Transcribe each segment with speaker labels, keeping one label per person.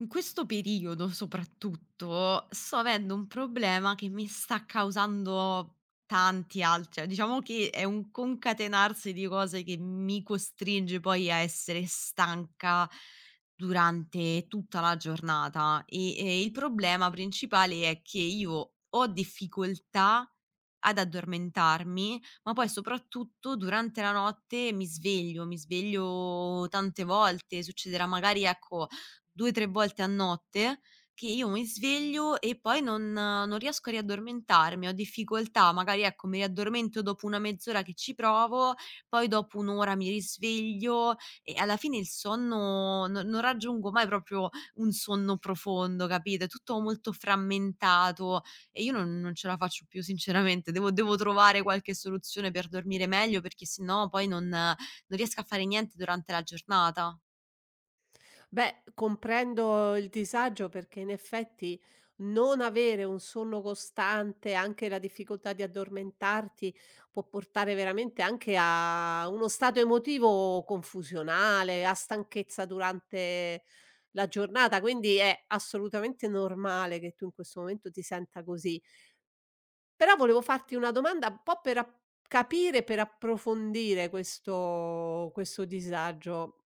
Speaker 1: In questo periodo soprattutto sto avendo un problema che mi sta causando tanti altri. Diciamo che è un concatenarsi di cose che mi costringe poi a essere stanca durante tutta la giornata, e il problema principale è che io ho difficoltà ad addormentarmi, ma poi soprattutto durante la notte mi sveglio tante volte, succederà magari ecco 2, 3 volte a notte che io mi sveglio e poi non riesco a riaddormentarmi. Ho difficoltà, magari ecco mi riaddormento dopo una mezz'ora che ci provo, poi dopo 1 ora mi risveglio e alla fine il sonno, no, non raggiungo mai proprio un sonno profondo, capito? È tutto molto frammentato e io non ce la faccio più sinceramente, devo trovare qualche soluzione per dormire meglio perché sennò poi non riesco a fare niente durante la giornata.
Speaker 2: Beh, comprendo il disagio perché in effetti non avere un sonno costante, anche la difficoltà di addormentarti, può portare veramente anche a uno stato emotivo confusionale, a stanchezza durante la giornata, quindi è assolutamente normale che tu in questo momento ti senta così. Però volevo farti una domanda un po' per capire, per approfondire questo disagio.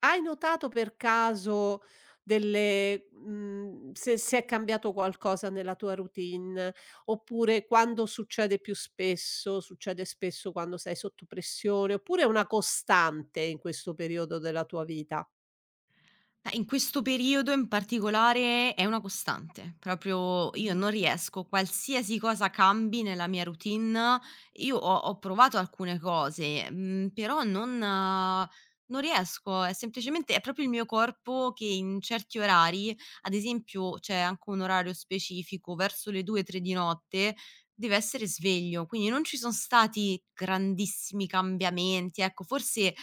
Speaker 2: Hai notato per caso delle se è cambiato qualcosa nella tua routine, oppure quando succede più spesso, succede spesso quando sei sotto pressione, oppure è una costante in questo periodo della tua vita?
Speaker 1: In questo periodo in particolare è una costante, proprio io
Speaker 2: Mh-mh.
Speaker 1: non riesco, qualsiasi cosa cambi nella mia routine, io ho provato alcune cose, però non, non riesco, è semplicemente, è proprio il mio corpo che in certi orari, ad esempio c'è anche un orario specifico, verso le 2-3 di notte, deve essere sveglio. Quindi non ci sono stati grandissimi cambiamenti, ecco, forse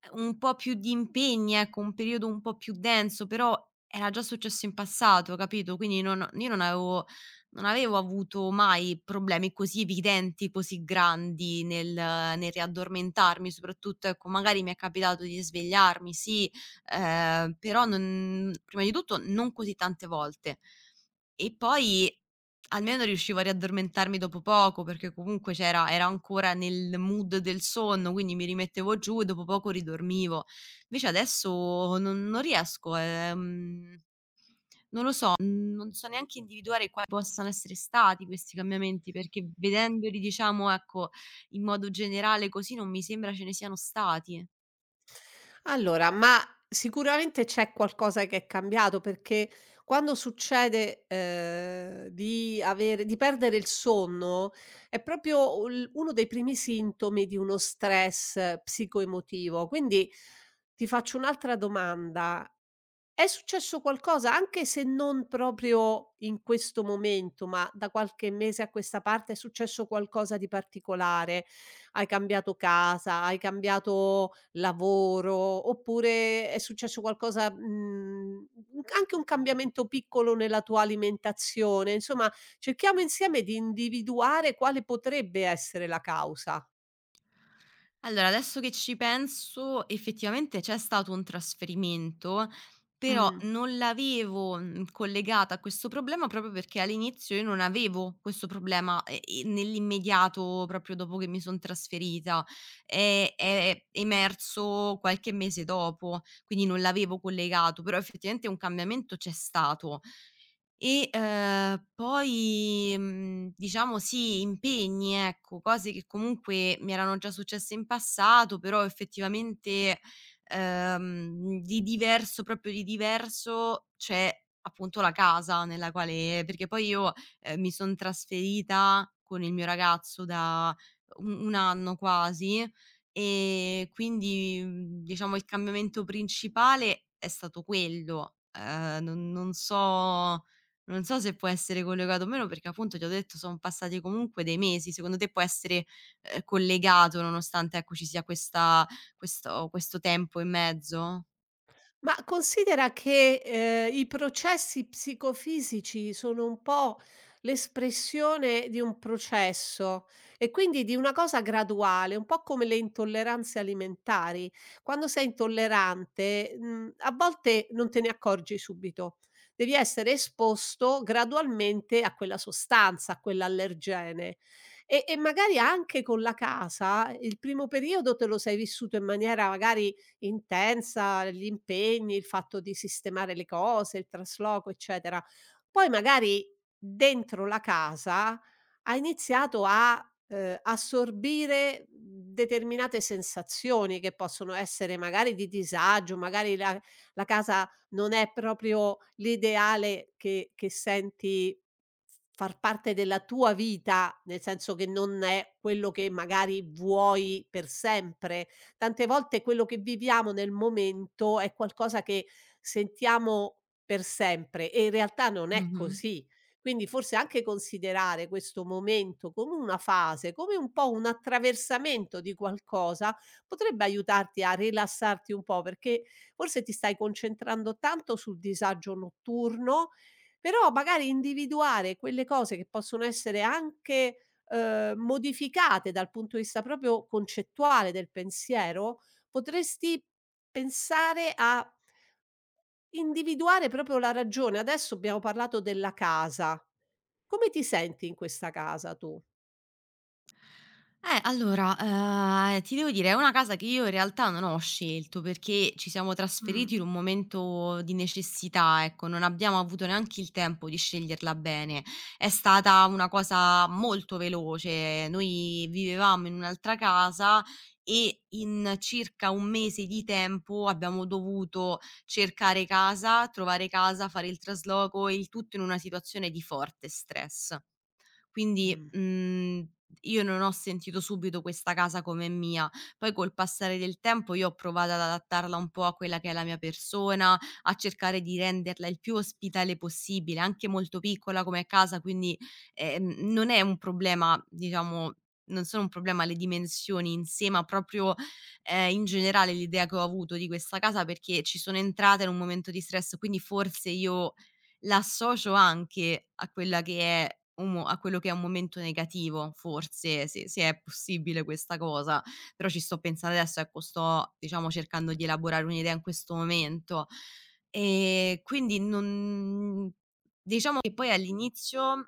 Speaker 1: Un po' più di impegni, ecco, un periodo un po' più denso, però era già successo in passato, capito? Quindi non io non avevo non avevo avuto mai problemi così evidenti, così grandi nel riaddormentarmi. Soprattutto, ecco, magari mi è capitato di svegliarmi, sì, però non, prima di tutto, non così tante volte. E poi almeno riuscivo a riaddormentarmi dopo poco, perché comunque c'era era ancora nel mood del sonno, quindi mi rimettevo giù e dopo poco ridormivo. Invece adesso non riesco, no, non so neanche individuare quali possano essere stati questi cambiamenti, perché vedendoli, diciamo, ecco, in modo generale così non mi sembra ce ne siano stati.
Speaker 2: Allora, ma sicuramente c'è qualcosa che è cambiato, perché quando succede, di perdere il sonno, è proprio ul uno dei primi sintomi di uno stress psicoemotivo. Quindi ti faccio un'altra domanda: è successo qualcosa, anche se non proprio in questo momento, ma da qualche mese a questa parte è successo qualcosa di particolare? Hai cambiato casa, hai cambiato lavoro, oppure è successo qualcosa, anche un cambiamento piccolo nella tua alimentazione? Insomma, cerchiamo insieme di individuare quale potrebbe essere la causa.
Speaker 1: Allora, adesso che ci penso, effettivamente c'è stato un trasferimento, però
Speaker 2: Mh.
Speaker 1: non l'avevo, collegata a questo problema, proprio perché all'inizio io non avevo questo problema. Nell'immediato proprio dopo che mi son trasferita. È emerso qualche mese dopo, quindi non l'avevo collegato, però effettivamente un cambiamento c'è stato. E poi, diciamo sì, impegni, ecco, cose che comunque mi erano già successe in passato. Però effettivamente, di diverso, proprio di diverso, c'è appunto la casa nella quale, perché poi io, mi son trasferita con il mio ragazzo da u un anno quasi. E quindi, diciamo il cambiamento principale è stato quello. Non so se può essere collegato o meno perché appunto ti ho detto son passati comunque dei mesi. Secondo te può essere, collegato nonostante ecco ci sia questa, questo tempo in mezzo?
Speaker 2: Ma considera che, i processi psicofisici sono un po' l'espressione di un processo e quindi di una cosa graduale, un po' come le intolleranze alimentari. Quando sei intollerante, a volte non te ne accorgi subito. Devi essere esposto gradualmente a quella sostanza, a quell'allergene e magari anche con la casa il primo periodo te lo sei vissuto in maniera magari intensa, gli impegni, il fatto di sistemare le cose, il trasloco, eccetera. Poi magari dentro la casa ha iniziato a assorbire determinate sensazioni che possono essere magari di disagio, magari la casa non è proprio l'ideale che senti far parte della tua vita, nel senso che non è quello che magari vuoi per sempre. Tante volte quello che viviamo nel momento è qualcosa che sentiamo per sempre e in realtà non è
Speaker 1: Mh-mh.
Speaker 2: così. Quindi forse anche considerare questo momento come una fase, come un po' un attraversamento di qualcosa, potrebbe aiutarti a rilassarti un po', perché forse ti stai concentrando tanto sul disagio notturno, però magari individuare quelle cose che possono essere anche modificate dal punto di vista proprio concettuale del pensiero, potresti pensare a individuare proprio la ragione. Adesso abbiamo parlato della casa. Come ti senti in questa casa tu?
Speaker 1: Allora, ti devo dire, è una casa che io in realtà non ho scelto, perché ci siamo
Speaker 2: Mh.
Speaker 1: trasferiti in un momento di necessità, ecco, non abbiamo avuto neanche il tempo di sceglierla bene. È stata una cosa molto veloce. Noi vivevamo in un'altra casa e in circa 1 mese di tempo abbiamo dovuto cercare casa, trovare casa, fare il trasloco, il tutto in una situazione di forte stress. Quindi,
Speaker 2: Mh.
Speaker 1: io non ho sentito subito questa casa come mia. Poi col passare del tempo io ho provato ad adattarla un po' a quella che è la mia persona, a cercare di renderla il più ospitale possibile, anche molto piccola come casa. Quindi, non è un problema, diciamo non sono un problema le dimensioni in sé, ma proprio, in generale l'idea che ho avuto di questa casa, perché ci sono entrata in un momento di stress. Quindi forse io l'associo anche a quella che è un mo a quello che è un momento negativo, forse, se è possibile questa cosa, però ci sto pensando adesso, ecco, sto diciamo cercando di elaborare un'idea in questo momento. Quindi non diciamo che poi all'inizio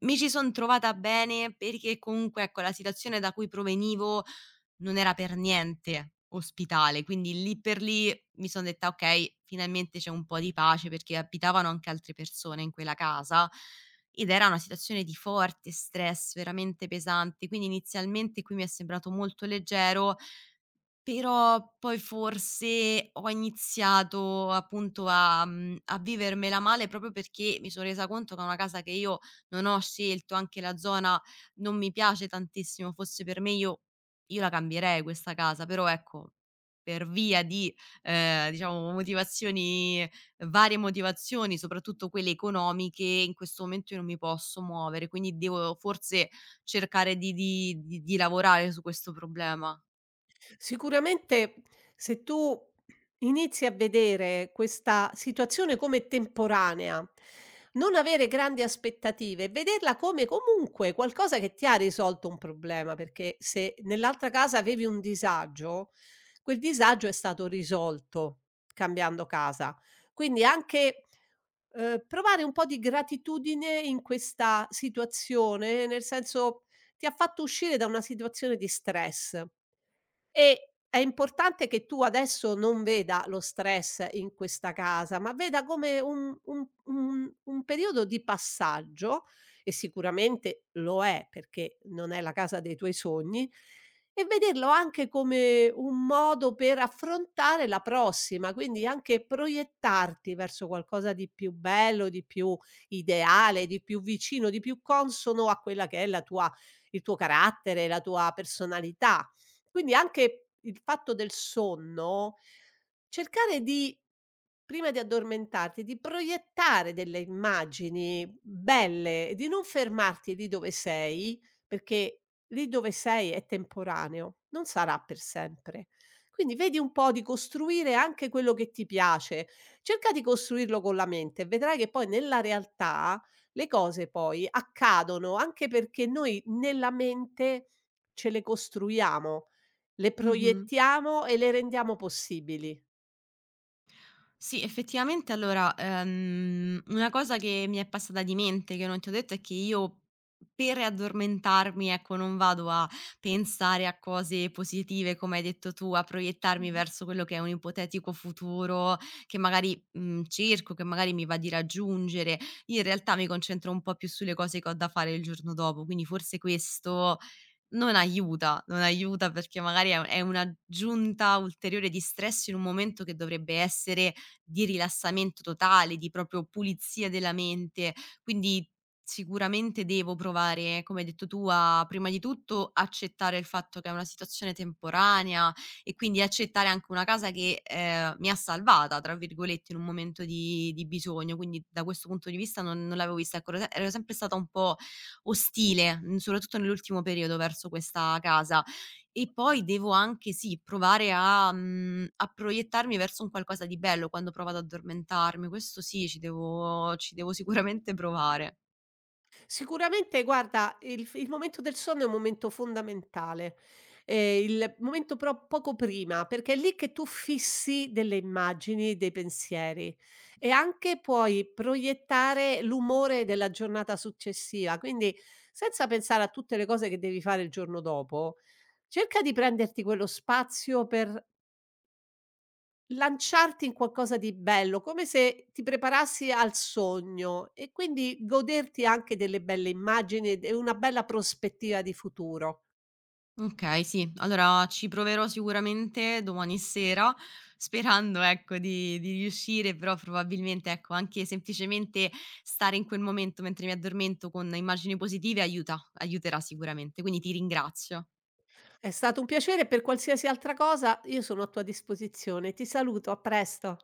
Speaker 1: mi ci son trovata bene perché comunque, ecco, la situazione da cui provenivo non era per niente ospitale, quindi lì per lì mi son detta: "Okay, finalmente c'è un po' di pace", perché abitavano anche altre persone in quella casa ed era una situazione di forte stress, veramente pesante. Quindi inizialmente qui mi è sembrato molto leggero, però poi forse ho iniziato appunto a vivermela male proprio perché mi son resa conto che è una casa che io non ho scelto. Anche la zona non mi piace tantissimo, fosse per me io la cambierei questa casa. Però ecco, per via di, diciamo motivazioni varie motivazioni, soprattutto quelle economiche, in questo momento io non mi posso muovere, quindi devo forse cercare di lavorare su questo problema.
Speaker 2: Sicuramente se tu inizi a vedere questa situazione come temporanea, non avere grandi aspettative, vederla come comunque qualcosa che ti ha risolto un problema, perché se nell'altra casa avevi un disagio, quel disagio è stato risolto cambiando casa. Quindi anche provare un po' di gratitudine in questa situazione, nel senso ti ha fatto uscire da una situazione di stress. E è importante che tu adesso non veda lo stress in questa casa, ma veda come un periodo di passaggio, e sicuramente lo è perché non è la casa dei tuoi sogni, e vederlo anche come un modo per affrontare la prossima, quindi anche proiettarti verso qualcosa di più bello, di più ideale, di più vicino, di più consono a quella che è la tua il tuo carattere, la tua personalità. Quindi anche il fatto del sonno, cercare di prima di addormentarti, di proiettare delle immagini belle e di non fermarti lì dove sei, perché lì dove sei è temporaneo, non sarà per sempre. Quindi vedi un po' di costruire anche quello che ti piace. Cerca di costruirlo con la mente e vedrai che poi nella realtà le cose poi accadono, anche perché noi nella mente ce le costruiamo. Le
Speaker 1: Mh-mh.
Speaker 2: proiettiamo e le rendiamo possibili.
Speaker 1: Sì, effettivamente allora, una cosa che mi è passata di mente, che non ti ho detto, è che io, per addormentarmi, ecco, non vado a pensare a cose positive, come hai detto tu, a proiettarmi verso quello che è un ipotetico futuro che magari mi va di raggiungere. Io in realtà mi concentro un po' più sulle cose che ho da fare il giorno dopo, quindi forse questo non aiuta, non aiuta, perché magari è un'aggiunta ulteriore di stress in un momento che dovrebbe essere di rilassamento totale, di proprio pulizia della mente. Quindi sicuramente devo provare, come hai detto tu, a prima di tutto accettare il fatto che è una situazione temporanea e quindi accettare anche una casa che, mi ha "salvata" tra virgolette in un momento di bisogno. Quindi da questo punto di vista non l'avevo vista, ecco, ero se ero sempre stata un po' ostile, soprattutto nell'ultimo periodo verso questa casa. E poi devo anche, sì, provare a proiettarmi verso un qualcosa di bello quando provo ad addormentarmi. Questo sì, ci devo sicuramente provare.
Speaker 2: Sicuramente guarda, il momento del sonno è un momento fondamentale, il momento però poco prima, perché è lì che tu fissi delle immagini, dei pensieri e anche puoi proiettare l'umore della giornata successiva, quindi senza pensare a tutte le cose che devi fare il giorno dopo, cerca di prenderti quello spazio per lanciarti in qualcosa di bello, come se ti preparassi al sogno e quindi goderti anche delle belle immagini ed una bella prospettiva di futuro.
Speaker 1: Okay, sì, allora ci proverò sicuramente domani sera, sperando, ecco, di riuscire, però probabilmente, ecco, anche semplicemente stare in quel momento mentre mi addormento con immagini positive aiuta, aiuterà sicuramente, quindi ti ringrazio.
Speaker 2: È stato un piacere e per qualsiasi altra cosa io sono a tua disposizione. Ti saluto, a presto.